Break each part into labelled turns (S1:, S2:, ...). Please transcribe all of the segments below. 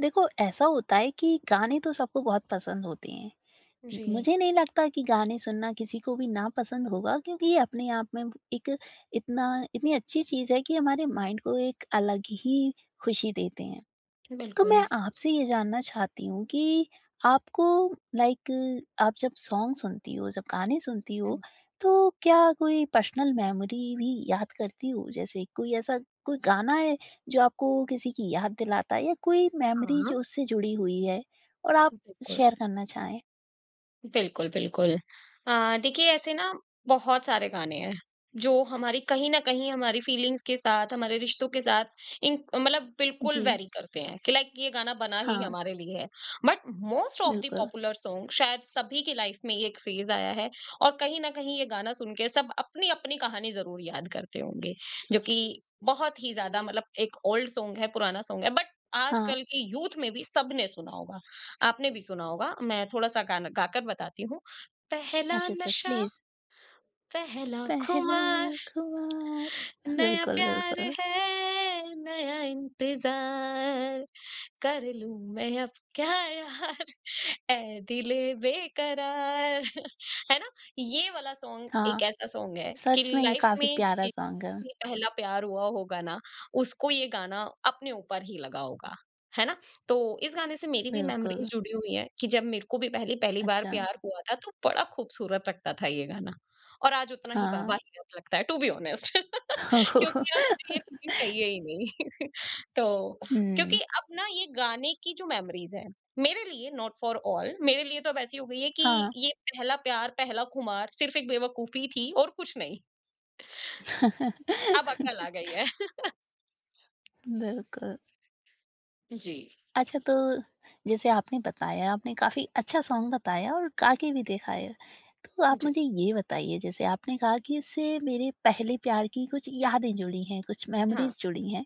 S1: देखो ऐसा होता है कि गाने तो सबको बहुत पसंद होते हैं। म
S2: जी,
S1: मुझे नहीं लगता कि गाने सुनना किसी को भी नापसंद होगा क्योंकि ये अपने आप में एक इतना इतनी अच्छी चीज़ है कि हमारे माइंड को एक अलग ही खुशी देते हैं। तो
S2: बिल्कुल।
S1: मैं आपसे ये जानना चाहती हूँ कि आपको लाइक आप जब सॉन्ग सुनती हो, जब गाने सुनती हो,
S2: हुँ,
S1: तो क्या कोई पर्सनल मेमोरी भी याद करती हो? जैसे कोई गाना है जो आपको किसी की याद दिलाता है या कोई मेमोरी
S2: हाँ।
S1: जो उससे जुड़ी हुई है और आप
S2: बिल्कुल,
S1: शेयर करना चाहें?
S2: बिल्कुल, बिल्कुल। देखिए ऐसे ना बहुत सारे गाने हैं, जो हमारी कहीं न कहीं हमारी फीलिंग्स के साथ, हमारे रिश्तों के साथ इंक मतलब बिल्कुल
S1: जी।
S2: वैरी करते हैं कि लाइक ये गाना बना ही
S1: हाँ,
S2: हमारे लिए है। बट मोस्ट ऑफ द
S1: बिल्कुल।
S2: पॉपुलर सॉन्ग शायद सभी की लाइफ में ये एक फेज़ आया है और कहीं न कहीं ये गाना सुन के सब अपनी-अपनी कहानी ज़रूर याद करते होंगे, जो कि बहुत ही ज़्यादा मतलब एक ओल्ड सॉन्ग है, पुराना सॉन्ग है बट
S1: हाँ।
S2: आजकल के यूथ में भी सबने सुना होगा। आपने भी सुना होगा, मैं थोड़ा-सा गाना गाकर बताती हूँ। पहला
S1: अच्छा, अच्छा
S2: नशा,
S1: प्लीज़।
S2: पहला
S1: पहला
S2: खुमार,
S1: अख़बार
S2: नया
S1: बिल्कुल,
S2: प्यार
S1: बिल्कुल।
S2: है, नया इंतज़ार, कर लूँ मैं अब क्या यार ऐ दिले बेकरार है ना? ये वाला सॉन्ग एक
S1: हाँ,
S2: ऐसा सॉन्ग है कि
S1: सच में ये
S2: लाइफ
S1: काफ़ी
S2: में
S1: प्यारा
S2: जि
S1: सॉन्ग है।
S2: भी पहला प्यार हुआ होगा ना, उसको ये गाना अपने ऊपर ही लगा होगा, है ना? तो इस गाने से मेरी भी
S1: बिल्कुल।
S2: मेमोरीज़ जुड़ी हुई हैं कि जब मेरे को भी पहली पहली बार
S1: अच्छा,
S2: प्यार हुआ था तो बड़ा खूबसूरत लगता था ये गाना और आज उतना ही
S1: हाँ।
S2: वाहियात लगता है टू बी ऑनेस्ट। क्योंकि अब मुझे ये फीलिंग चाहिए ही नहीं। तो क्योंकि
S1: हुँ,
S2: अब ना ये गाने की जो मेमोरीज है मेरे लिए नॉट फॉर ऑल मेरे लिए तो अब ऐसी हो गई है कि
S1: हाँ।
S2: ये पहला प्यार पहला खुमार सिर्फ एक बेवकूफी थी और कुछ नहीं। अब अक्ल आ गई है।
S1: बिल्कुल।
S2: जी,
S1: अच्छा तो जैसे आपने बताया, आपने काफ़ी अच्छा सॉन्ग बताया और गा के भी दिखाया। तो आप
S2: जी।
S1: मुझे ये बताइए जैसे आपने कहा कि इससे मेरे पहले प्यार की कुछ यादें जुड़ी हैं, कुछ
S2: हाँ।
S1: मेमोरीज़ जुड़ी हैं।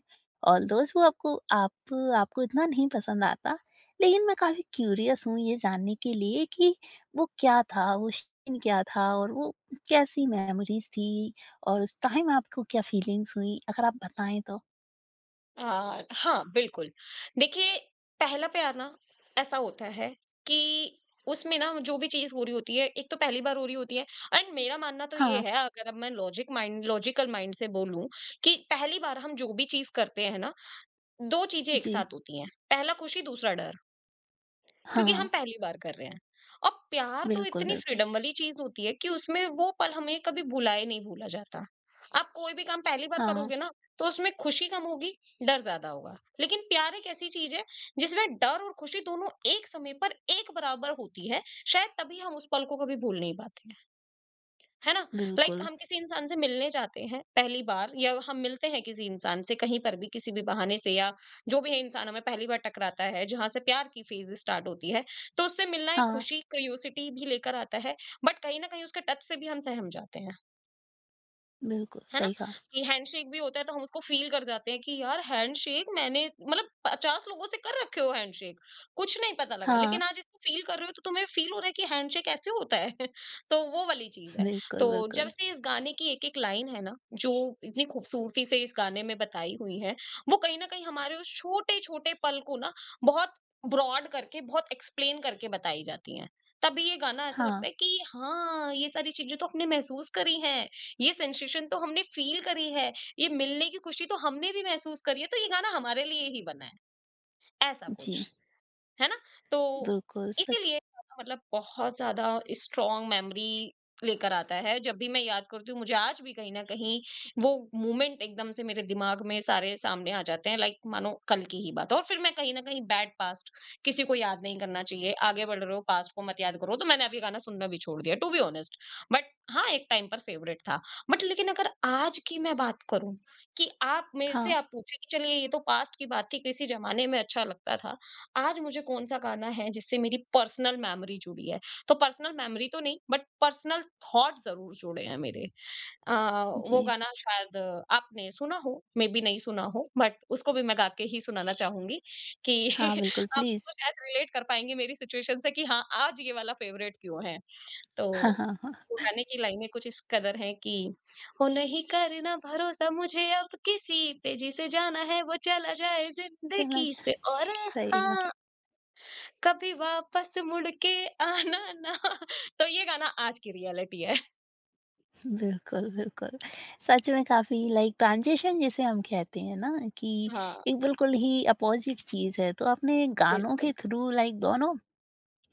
S1: ऑल्दोज़ वो आपको आप आपको इतना नहीं पसंद आता, लेकिन मैं काफ़ी क्यूरियस हूँ ये जानने के लिए कि वो क्या था, वो सीन क्या था और वो कैसी मेमोरीज़ थी और उस टाइम आपको क्या फीलिंग्स हुई? अगर आप बताएँ तो?
S2: हाँ, बिल्कुल। देखिए पहला प्यार ना ऐसा होता है कि उसमें ना जो भी चीज हो रही होती है एक तो पहली बार हो रही होती है। एंड मेरा मानना तो ये
S1: हाँ,
S2: है, अगर अब मैं लॉजिक माइंड लॉजिकल माइंड से बोलूं कि पहली बार हम जो भी चीज करते हैं ना 2 चीजें एक
S1: जी।
S2: साथ होती हैं, पहला खुशी दूसरा डर, क्योंकि
S1: हाँ,
S2: हम पहली बार कर रहे हैं। और प्यार तो
S1: बिल्कुल,
S2: इतनी
S1: बिल्कुल।
S2: फ्रीडम वाली चीज होती है कि उसमें वो पल हमें कभी भुलाए नहीं भूला जाता। आप कोई भी काम पहली बार
S1: हाँ,
S2: करोगे ना तो उसमें खुशी कम होगी, डर ज्यादा होगा। लेकिन प्यार एक ऐसी चीज है जिसमें डर और खुशी दोनों एक समय पर एक बराबर होती है, शायद तभी हम उस पल को कभी भूल नहीं पाते। है ना? लाइक,
S1: बिल्कुल।
S2: हम किसी इंसान से मिलने जाते हैं पहली बार या हम मिलते हैं किसी इंसान से कहीं पर भी किसी भी बहाने से, या जो भी है इंसान हमें पहली बार टकराता है जहाँ से प्यार की फेज स्टार्ट होती है, तो उससे मिलना एक
S1: हाँ,
S2: खुशी क्यूरियोसिटी भी लेकर आता है, बट कहीं ना कहीं उसके टच से भी हम सहम जाते हैं।
S1: बिल्कुल,
S2: है ना?
S1: सही कहा।
S2: कि हैंडशेक भी होता है तो हम उसको फ़ील कर जाते हैं कि यार हैंडशेक मैंने मतलब 50 लोगों से कर रखे हो हैंडशेक, कुछ नहीं पता लगा।
S1: हाँ,
S2: लेकिन आज इसको फ़ील कर रहे हो तो तुम्हें फ़ील हो रहा है कि हैंडशेक ऐसे होता है। तो वो वाली चीज़ है।
S1: बिल्कुल,
S2: तो जब
S1: बिल्कुल।
S2: से इस गाने की एक-एक लाइन है ना, जो इतनी खूबसूरती से इस गाने में बताई हुई है, वो कहीं न कहीं हमारे उस छोटे-छोटे पल को ना बहुत ब्रॉड करके, बहुत एक्सप्लेन करके बताई जाती हैं। तभी ये गाना ऐसा
S1: हाँ,
S2: लगता है कि हाँ, ये सारी चीज़ें तो हमने महसूस करी हैं। ये सेंसेशन तो हमने फील करी है, ये मिलने की खुशी तो हमने भी महसूस करी है, तो ये गाना हमारे लिए ही बना है, ऐसा
S1: जी,
S2: कुछ। है ना? तो
S1: बिल्कुल सच
S2: इसीलिए खाना मतलब बहुत ज़्यादा स्ट्रॉन्ग मेमोरी लेकर आता है। जब भी मैं याद करती हूँ, मुझे आज भी कहीं न कहीं वो मोमेंट एकदम से मेरे दिमाग में सारे सामने आ जाते हैं, लाइक मानो कल की ही बात है। और फिर मैं कहीं न कहीं बैड पास्ट किसी को याद नहीं करना चाहिए, आगे बढ़ रहे हो, पास्ट को मत याद करो, तो मैंने अब ये गाना सुनना भी छोड़ दिया, टू बी ऑनेस्ट। बट हाँ, एक टाइम पर फेवरेट था। बट लेकिन अगर आज की मैं बात करूँ कि आप मेरे से
S1: हाँ,
S2: आप पूछे कि चलिए ये तो पास्ट की बात थी, किसी ज़माने में अच्छा लगता था। आज मुझे कौन-सा गाना है जिससे मेरी पर्सनल मेमोरी जुड़ी है। तो पर्सनल मेमोरी तो नहीं बट पर्सनल थॉट ज़रूर जुड़े हैं मेरे। अ, वो
S1: जी।
S2: गाना शायद आपने सुना हो, मे बी नहीं सुना हो, बट उसको भी मैं गा के ही सुनाना चाहूँगी कि
S1: हाँ, बिल्कुल
S2: आप उसको
S1: प्लीज़।
S2: शायद रिलेट कर पाएँगे मेरी सिचुएशन से कि हाँ, आज ये वाला फ़ेवरेट क्यों है। तो
S1: हाँ, हाँ, हाँ।
S2: वो गाने की लाइनें कुछ इस कदर हैं कि "ओ नहीं करना भरोसा मुझे अब किसी पे, जिसे जाना है वो चला जाए
S1: चला
S2: ज़िंदगी
S1: जा
S2: से और
S1: सही बात,
S2: हाँ" कभी वापस मुड़ के आना ना। तो ये गाना आज की रियलिटी है।
S1: बिल्कुल, बिल्कुल। सच में काफ़ी लाइक ट्रांज़िशन जिसे हम कहते हैं ना कि
S2: हाँ,
S1: एक बिल्कुल ही अपोज़िट चीज़ है। तो आपने गानों के
S2: बिल्कुल,
S1: थ्रू लाइक दोनों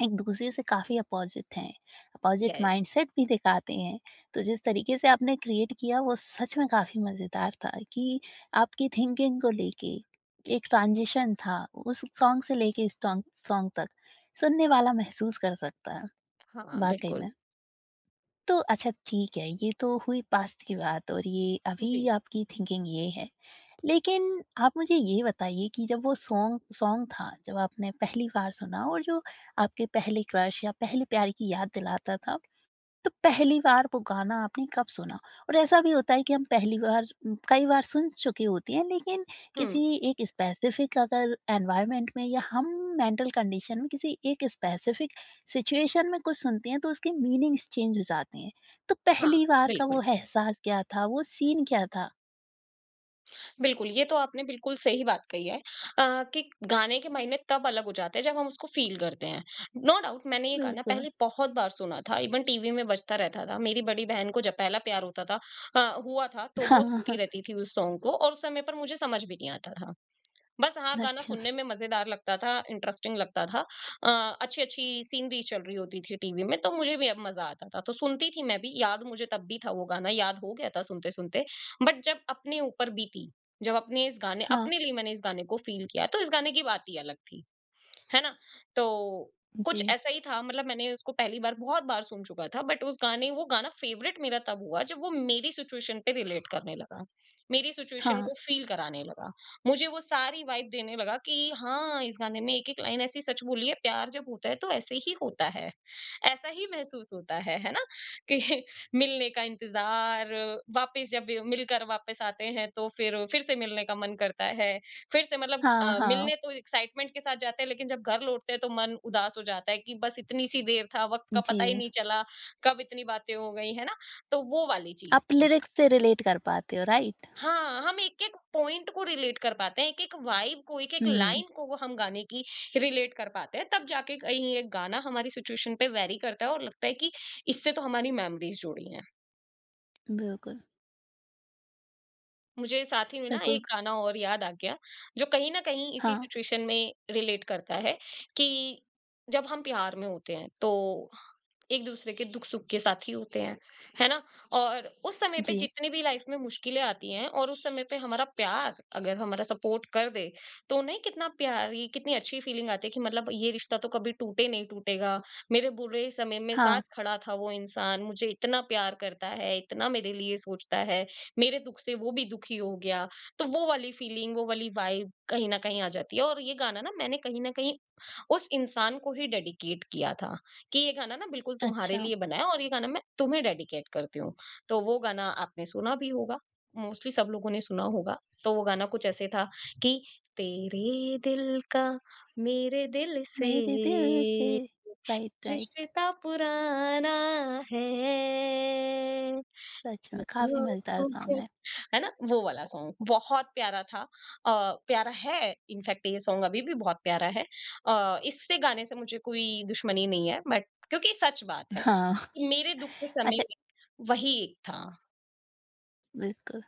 S1: एक दूसरे से काफ़ी अपोज़िट हैं, अपोज़िट
S2: यस,
S1: माइंडसेट भी दिखाते हैं। तो जिस तरीके से आपने क्रिएट किया वो सच में काफ़ी मज़ेदार था कि आपकी थिंकिंग को लेके एक ट्रांज़िशन था उस सॉन्ग से लेके इस टॉन्ग सॉन्ग तक, सुनने वाला महसूस कर सकता है,
S2: हाँ,
S1: वाक़ई
S2: बिल्कुल।
S1: में। तो अच्छा ठीक है, ये तो हुई पास्ट की बात और ये अभी
S2: जी,
S1: आपकी थिंकिंग ये है। लेकिन आप मुझे ये बताइए कि जब वो सॉन्ग सॉन्ग था, जब आपने पहली बार सुना और जो आपके पहले क्रश या पहले प्यार की याद दिलाता था, तो पहली बार वो गाना आपने कब सुना? और ऐसा भी होता है कि हम पहली बार कई बार सुन चुके होते हैं लेकिन
S2: हुँ,
S1: किसी एक स्पेसिफ़िक अगर एनवायरनमेंट में या हम मेंटल कंडीशन में किसी एक स्पेसिफ़िक सिचुएशन में कुछ सुनते हैं, तो उसके मीनिंग्स चेंज हो जाते हैं। तो
S2: हाँ,
S1: पहली बार का वो
S2: बिल्कुल,
S1: एहसास क्या था? वो सीन क्या था?
S2: बिल्कुल, ये तो आपने बिल्कुल सही बात कही है, कि गाने के मायने तब अलग हो जाते हैं जब हम उसको फ़ील करते हैं। नो डाउट मैंने ये गाना
S1: बिल्कुल।
S2: पहले बहुत बार सुना था, इवन टीवी में बजता रहता था। मेरी बड़ी बहन को जब पहला प्यार होता था हुआ था, तो वो सुनती
S1: हाँ।
S2: रहती थी उस सॉन्ग को और उस समय पर मुझे समझ भी नहीं आता था। बस हाँ, गाना
S1: अच्छा,
S2: सुनने में मज़ेदार लगता था, इंटरेस्टिंग लगता था। अच्छी-अच्छी सीनरी चल रही होती थी टीवी में, तो मुझे भी अब मज़ा आता था। तो सुनती थी मैं भी, याद मुझे तब भी था वो गाना, याद हो गया था सुनते-सुनते। बट जब अपने ऊपर बीती, जब अपने इस गाने
S1: हाँ,
S2: अपने लिए मैंने इस गाने को फ़ील किया, तो इस गाने की बात ही अलग थी। है ना? तो कुछ
S1: जी,
S2: ऐसा ही था, मतलब मैंने उसको पहली बार बहुत बार सुन चुका था बट उस गाने वो गाना फेवरेट मेरा तब हुआ जब वो मेरी सिचुएशन पे रिलेट करने लगा। मेरी सिचुएशन
S1: हाँ,
S2: को फ़ील कराने लगा। मुझे वो सारी वाइब देने लगा कि हाँ, इस गाने में एक-एक लाइन ऐसी सच बोली है, प्यार जब होता है तो ऐसे ही होता है। ऐसा ही महसूस होता है ना? कि मिलने का इंतज़ार, वापस जब मिलकर वापस आते हैं तो फिर से मिलने का मन करता है। फिर से मतलब
S1: हाँ, हाँ,
S2: मिलने तो एक्साइटमेंट के साथ जाते हैं लेकिन जब घर लौटते हैं तो मन उदास हो जाता है कि बस इतनी सी देर था, वक़्त का पता ही
S1: जी,
S2: नहीं चला, कब इतनी बातें हो गई, है ना? तो वो वाली चीज़
S1: आप
S2: थी।
S1: लिरिक्स से रिलेट कर पाते हो, राइट?
S2: हाँ, हम एक-एक पॉइंट को रिलेट कर पाते हैं, एक-एक वाइब को, एक-एक
S1: हुँ,
S2: लाइन को वो हम गाने की रिलेट कर पाते हैं, तब जाके कहीं एक गाना हमारी सिचुएशन पे वैरी करता है और लगता है कि इससे तो हमारी मेमोरीज़ जुड़ी हैं।
S1: बिल्कुल,
S2: मुझे साथ ही में ना
S1: बिल्कुल,
S2: एक गाना और याद आ गया, जो कहीं न कहीं इसी
S1: हाँ,
S2: सिचुएशन में रिलेट करता है कि जब हम प्यार में होते हैं, तो एक-दूसरे के दुख-सुख के साथी होते हैं, है ना? और उस समय पे
S1: जी,
S2: जितनी भी लाइफ में मुश्किलें आती हैं और उस समय पे हमारा प्यार अगर हमारा सपोर्ट कर दे, तो नहीं कितना प्यार ये कितनी अच्छी फीलिंग आती है कि मतलब ये रिश्ता तो कभी टूटे नहीं टूटेगा। मेरे बुरे समय में
S1: हाँ,
S2: साथ खड़ा था वो इंसान, मुझे इतना प्यार करता है, इतना मेरे लिए सोचता है, मेरे दुख से वो भी दुखी हो गया। तो वो वाली फीलिंग, वो वाली वाइब कहीं न कहीं आ जाती है और ये गाना ना मैंने कहीं न कहीं उस इंसान को ही डेडिकेट किया था कि ये गाना ना बिल्कुल तुम्हारे
S1: अच्छा,
S2: लिए बना है और ये गाना मैं तुम्हें डेडिकेट करती हूँ। तो वो गाना आपने सुना भी होगा, मोस्टली सब लोगों ने सुना होगा। तो वो गाना कुछ ऐसे था कि तेरे दिल का मेरे दिल से
S1: मेरे दिल से, राइट, राइट,
S2: रिश्ता पुराना है।
S1: सच में काफ़ी मज़ेदार सॉन्ग है।
S2: है ना? वो वाला सॉन्ग बहुत प्यारा था। प्यारा है इनफैक्ट ये सॉन्ग अभी भी बहुत प्यारा है। इससे गाने से मुझे कोई दुश्मनी नहीं है बट क्योंकि सच बात है,
S1: हाँ,
S2: कि मेरे दुःख के समय
S1: अच्छा,
S2: में वही एक था।
S1: बिल्कुल,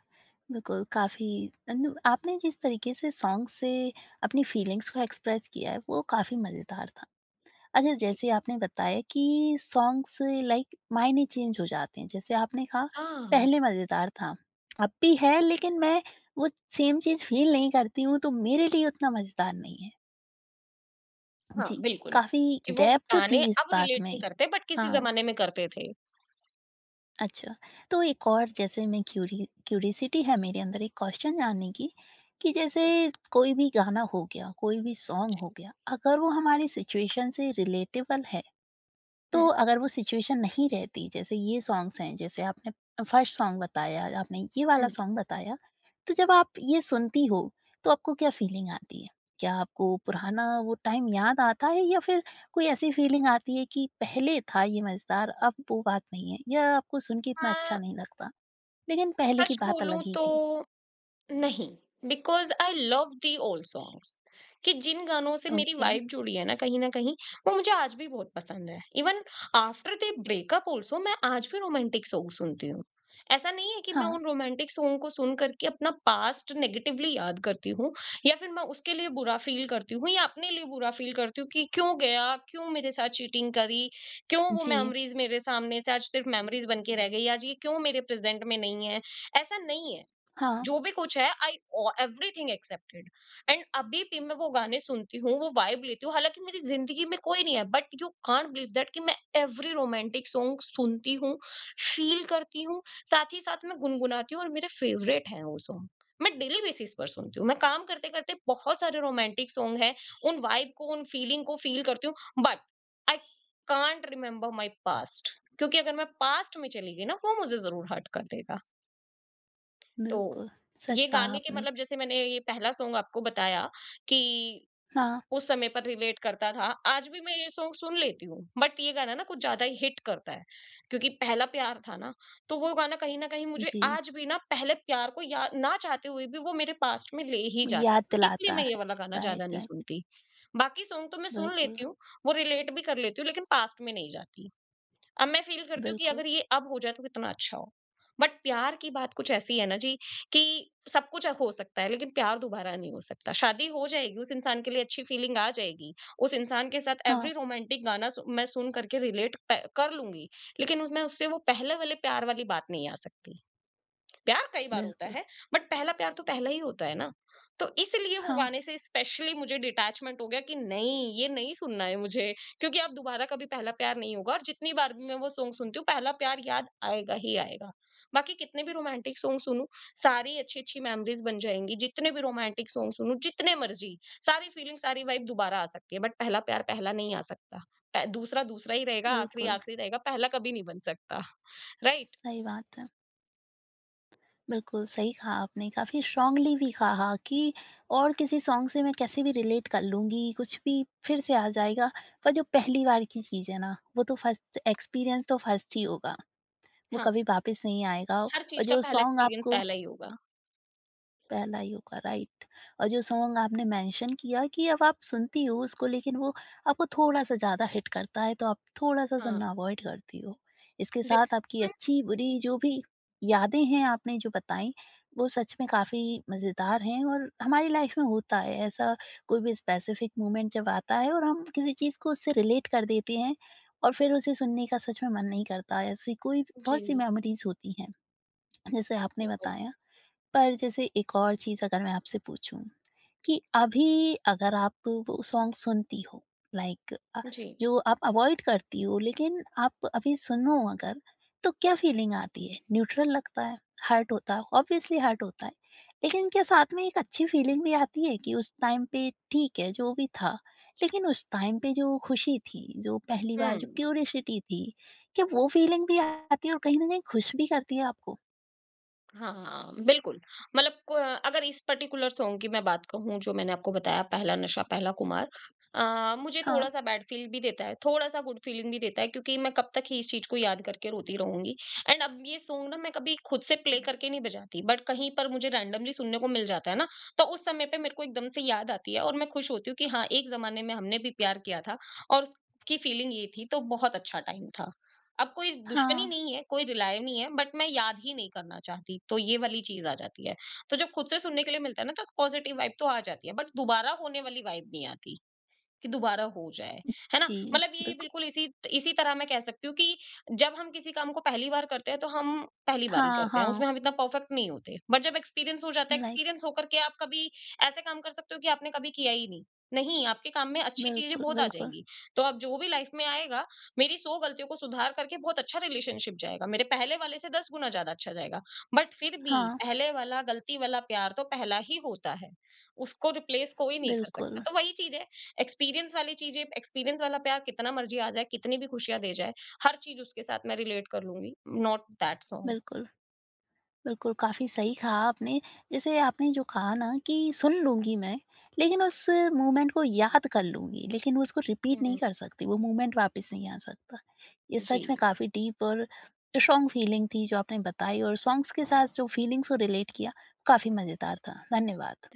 S1: बिल्कुल, काफ़ी मतलब आपने जिस तरीके से सॉन्ग से अपनी फीलिंग्स को एक्सप्रेस किया है, वो काफ़ी मज़ेदार था। अच्छा जैसे आपने बताया कि सॉन्ग्स लाइक मायने चेंज हो जाते हैं जैसे आपने कहा
S2: हाँ,
S1: पहले मजेदार था अब भी है लेकिन मैं वो सेम चीज फील नहीं करती हूँ तो मेरे लिए उतना मजेदार नहीं है।
S2: हाँ,
S1: जी,
S2: बिल्कुल।
S1: काफी
S2: कि वो
S1: डेप्थ थी
S2: गाने
S1: इस
S2: अब
S1: बात
S2: रिलेट
S1: में।
S2: नहीं करते बट किसी
S1: हाँ,
S2: ज़माने में करते थे।
S1: अच्छा, तो एक और जैसे मैं क्यूरी क्यूरिसिटी है मेरे अंदर एक क्वेश्चन जानने की कि जैसे कोई भी गाना हो गया कोई भी सॉन्ग
S2: जी।
S1: हो गया अगर वो हमारी सिचुएशन से रिलेटेबल है,
S2: हुँ,
S1: तो अगर वो सिचुएशन नहीं रहती जैसे ये सॉन्ग्स हैं जैसे आपने फर्स्ट सॉन्ग बताया आपने ये वाला
S2: हुँ।
S1: सॉन्ग बताया, तो जब आप ये सुनती हो तो आपको क्या फीलिंग आती है, क्या आपको पुराना वो टाइम याद आता है या फिर कोई ऐसी फीलिंग आती है कि पहले था ये मजेदार अब वो बात नहीं है या आपको सुन के इतना अच्छा
S2: अ,
S1: नहीं लगता लेकिन पहले की
S2: सच
S1: बात
S2: बोलूँ
S1: अलग ही
S2: तो
S1: थी।
S2: नहीं because I love the old songs कि जिन गानों से मेरी
S1: ओके,
S2: वाइब जुड़ी है ना कहीं वो मुझे आज भी बहुत पसंद है। Even after the breakup also मैं आज भी रोमांटिक सॉन्ग सुनती हूँ। ऐसा नहीं है कि मैं
S1: हाँ,
S2: उन रोमांटिक सॉन्ग को सुन करके अपना पास्ट नेगेटिवली याद करती हूँ या फिर मैं उसके लिए बुरा फील करती हूँ या अपने लिए बुरा फील करती हूँ कि क्यों गया, क्यों मेरे साथ चीटिंग करी, क्यों वो
S1: जी,
S2: मेमोरीज मेरे सामने से आज सिर्फ मेमोरीज बन के रह गई, आज ये क्यों मेरे प्रेजेंट में नहीं है। ऐसा नहीं है।
S1: हाँ,
S2: जो भी कुछ है, आई एवरीथिंग एक्सेप्टेड। एंड अभी भी मैं वो गाने सुनती हूँ, वो वाइब लेती हूँ। हालांकि मेरी जिंदगी में कोई नहीं है but you can't believe that कि मैं एवरी रोमांटिक सॉन्ग सुनती हूँ, फील करती हूँ। साथ ही साथ मैं गुनगुनाती हूँ और मेरे फेवरेट हैं वो सॉन्ग। मैं डेली बेसिस पर सुनती हूँ, मैं काम करते करते बहुत सारे रोमांटिक सॉन्ग हैं, उन वाइब को, उन फीलिंग को फील करती हूँ। But I can't remember my past क्योंकि अगर मैं पास्ट में चली गई ना, वो मुझे जरूर हर्ट कर देगा। तो
S1: बिल्कुल, सच
S2: ये
S1: कहा
S2: गाने के
S1: आपने।
S2: मतलब जैसे मैंने ये पहला सॉन्ग आपको बताया कि
S1: हाँ,
S2: उस समय पर रिलेट करता था। आज भी मैं ये सॉन्ग सुन लेती हूँ, बट ये गाना ना कुछ ज़्यादा ही हिट करता है क्योंकि पहला प्यार था ना, तो वो गाना कहीं न कहीं मुझे
S1: जी,
S2: आज भी ना पहले प्यार को या ना चाहते हुए भी वो मेरे पास्ट में ले ही
S1: वो
S2: जाता है।
S1: याद
S2: तो इसलिए
S1: दिलाता
S2: मैं ये
S1: है,
S2: वाला गाना ज़्यादा
S1: राइट,
S2: नहीं
S1: राइट,
S2: सुनती। बाकी सॉन्ग तो मैं सुन
S1: बिल्कुल,
S2: लेती हूँ, वो रिलेट भी कर लेती हूँ, लेकिन पास्ट में नहीं जाती। अब मैं फ़ील करती हूँ कि
S1: बिल्कुल,
S2: अगर ये अब हो जाए तो कितना अच्छा हो। बट प्यार की बात कुछ ऐसी है ना जी कि सब कुछ हो सकता है लेकिन प्यार दोबारा नहीं हो सकता। शादी हो जाएगी, उस इंसान के लिए अच्छी फ़ीलिंग आ जाएगी। उस इंसान के साथ
S1: हाँ,
S2: एवरी रोमांटिक गाना सु मैं सुन करके रिलेट प कर लूँगी। लेकिन उस मैं उससे वो पहले वाले प्यार वाली बात नहीं आ सकती। प्यार कई बार होता
S1: बिल्कुल,
S2: है बट पहला प्यार तो पहला ही होता है ना। तो इसलिए वो
S1: हाँ,
S2: गाने से स्पेशली मुझे डिटैचमेंट हो गया कि नहीं, ये नहीं सुनना है मुझे, क्योंकि अब दोबारा कभी पहला प्यार नहीं होगा और जितनी बार भी मैं वो सॉन्ग सुनती हूँ, पहला प्यार याद आएगा ही आएगा। बाकी कितने भी रोमांटिक सॉन्ग सुनूं, सारी अच्छी अच्छी मेमोरीज बन जाएंगी, जितने भी रोमांटिक सॉन्ग सुनूं, जितने मर्जी सारी फीलिंग, सारी वाइब दोबारा आ सकती है बट पहला प्यार पहला नहीं आ सकता। दूसरा दूसरा ही रहेगा, आखिरी
S1: बिल्कुल,
S2: आखिरी रहेगा, पहला कभी नहीं बन सकता। राइट।
S1: सही बात है। बिल्कुल, सही कहा आपने, काफ़ी स्ट्रॉन्गली भी कहा कि और किसी सॉन्ग से मैं कैसे भी रिलेट कर लूँगी, कुछ भी फिर से आ जाएगा, पर जो पहली बार की चीज़ है ना, वो तो फर्स्ट एक्सपीरियंस तो फर्स्ट ही होगा, वो
S2: हाँ,
S1: कभी वापस नहीं आएगा
S2: हर
S1: और
S2: चीज़ का
S1: जो
S2: पहला
S1: सॉन्ग
S2: एक्सपीरियंस
S1: आपको
S2: पहला ही होगा।
S1: पहला ही होगा, राइट। और जो सॉन्ग आपने मेंशन किया कि अब आप सुनती हो उसको लेकिन वो आपको थोड़ा-सा ज़्यादा हिट करता है तो आप थोड़ा-सा
S2: हाँ,
S1: सुनना अवॉइड करती हो। इसके साथ आपकी
S2: बिल्कुल।
S1: अच्छी-बुरी जो भी यादें हैं आपने जो बताई, वो सच में काफ़ी मज़ेदार हैं और हमारी लाइफ में होता है ऐसा, कोई भी स्पेसिफिक मोमेंट जब आता है और हम किसी चीज़ को उससे रिलेट कर देते हैं और फिर उसे सुनने का सच में मन नहीं करता। ऐसी कोई बहुत-सी
S2: जी,
S1: मेमोरीज़ होती हैं जैसे आपने
S2: बिल्कुल।
S1: बताया। पर जैसे एक और चीज़ अगर मैं आपसे पूछूँ कि अभी अगर आप वो सॉन्ग सुनती हो, लाइक
S2: जी।
S1: जो आप अवॉइड करती हो लेकिन आप अभी सुनो अगर, तो क्या फीलिंग आती है? न्यूट्रल लगता है? हर्ट होता है? ऑब्वियसली हर्ट होता है। लेकिन क्या साथ में एक अच्छी फीलिंग भी आती है कि उस टाइम पे ठीक है जो भी था, लेकिन उस टाइम पे जो खुशी थी, जो पहली बार जो
S2: हुँ।
S1: क्यूरियोसिटी थी, क्या वो फीलिंग भी आती है और कहीं न कहीं खुश भी करती है आपको?
S2: हाँ, बिल्कुल। मतलब को अगर इस पर्टिकुलर सॉन्ग की मैं बात कहूँ जो मैंने आपको बताया, पहला नशा पहला खुमार, मुझे
S1: हाँ,
S2: थोड़ा-सा बैड फ़ील भी देता है, थोड़ा-सा गुड फ़ीलिंग भी देता है क्योंकि मैं कब तक ही इस चीज़ को याद करके रोती रहूँगी। एंड अब ये सॉन्ग ना मैं कभी खुद से प्ले करके नहीं बजाती बट कहीं पर मुझे रैंडमली सुनने को मिल जाता है ना, तो उस समय पे मेरे को एकदम से याद आती है और मैं खुश होती हूँ कि हाँ, एक ज़माने में हमने भी प्यार किया था और उसकी फ़ीलिंग ये थी, तो बहुत अच्छा टाइम था। अब कोई दुश्मनी
S1: हाँ।
S2: नहीं है, कोई रिलाय नहीं है, बट मैं याद ही नहीं करना चाहती, तो ये वाली चीज़ आ जाती है। तो जब खुद से सुनने के लिए मिलता है ना, तो पॉजिटिव वाइब तो आ जाती है, बट दोबारा होने वाली वाइब नहीं आती। कि दोबारा हो जाए, है ना?
S1: जी,
S2: मतलब ये
S1: बिल्कुल।
S2: बिल्कुल इसी इसी तरह मैं कह सकती हूँ कि जब हम किसी काम को पहली बार करते हैं, तो हम पहली बार ही
S1: हाँ,
S2: करते हैं,
S1: हाँ,
S2: उसमें हम इतना परफेक्ट नहीं होते। बट जब एक्सपीरियंस हो जाता है,
S1: लाइक
S2: एक्सपीरियंस होकर के आप कभी ऐसे काम कर सकते हो कि आपने कभी किया ही नहीं। नहीं, आपके काम में अच्छी चीज़ें
S1: बिल्कुल,
S2: बहुत आ
S1: बिल्कुल।
S2: जाएँगी। तो अब जो भी लाइफ में आएगा, मेरी 100 गलतियों को सुधार करके बहुत अच्छा रिलेशनशिप जाएगा। मेरे पहले वाले से 10 गुना ज़्यादा अच्छा जाएगा। बट फिर भी
S1: हाँ,
S2: पहले वाला गलती वाला प्यार तो पहला ही होता है, उसको रिप्लेस कोई नहीं कर सकता।
S1: बिल्कुल,
S2: तो वही चीज़ है, एक्सपीरियंस वाली चीजें, एक्सपीरियंस वाला प्यार कितना मर्जी आ जाए, कितनी भी खुशियाँ दे जाए, हर चीज़ उसके साथ मैं रिलेट कर लूँगी, नॉट दैट सॉन्ग।
S1: बिल्कुल, बिल्कुल, काफ़ी सही कहा आपने। जैसे आपने जो कहा ना कि सुन लूँगी मैं, लेकिन उस मूवमेंट को याद कर लूँगी, लेकिन उसको रिपीट नहीं
S2: हुँ।
S1: कर सकती, वो मूवमेंट वापस नहीं आ सकता। ये
S2: जी।
S1: सच में काफ़ी डीप और स्ट्रॉन्ग फीलिंग थी जो आपने बताई और सॉन्ग्स के साथ जो फीलिंग्स को रिलेट किया, काफ़ी मज़ेदार था। धन्यवाद।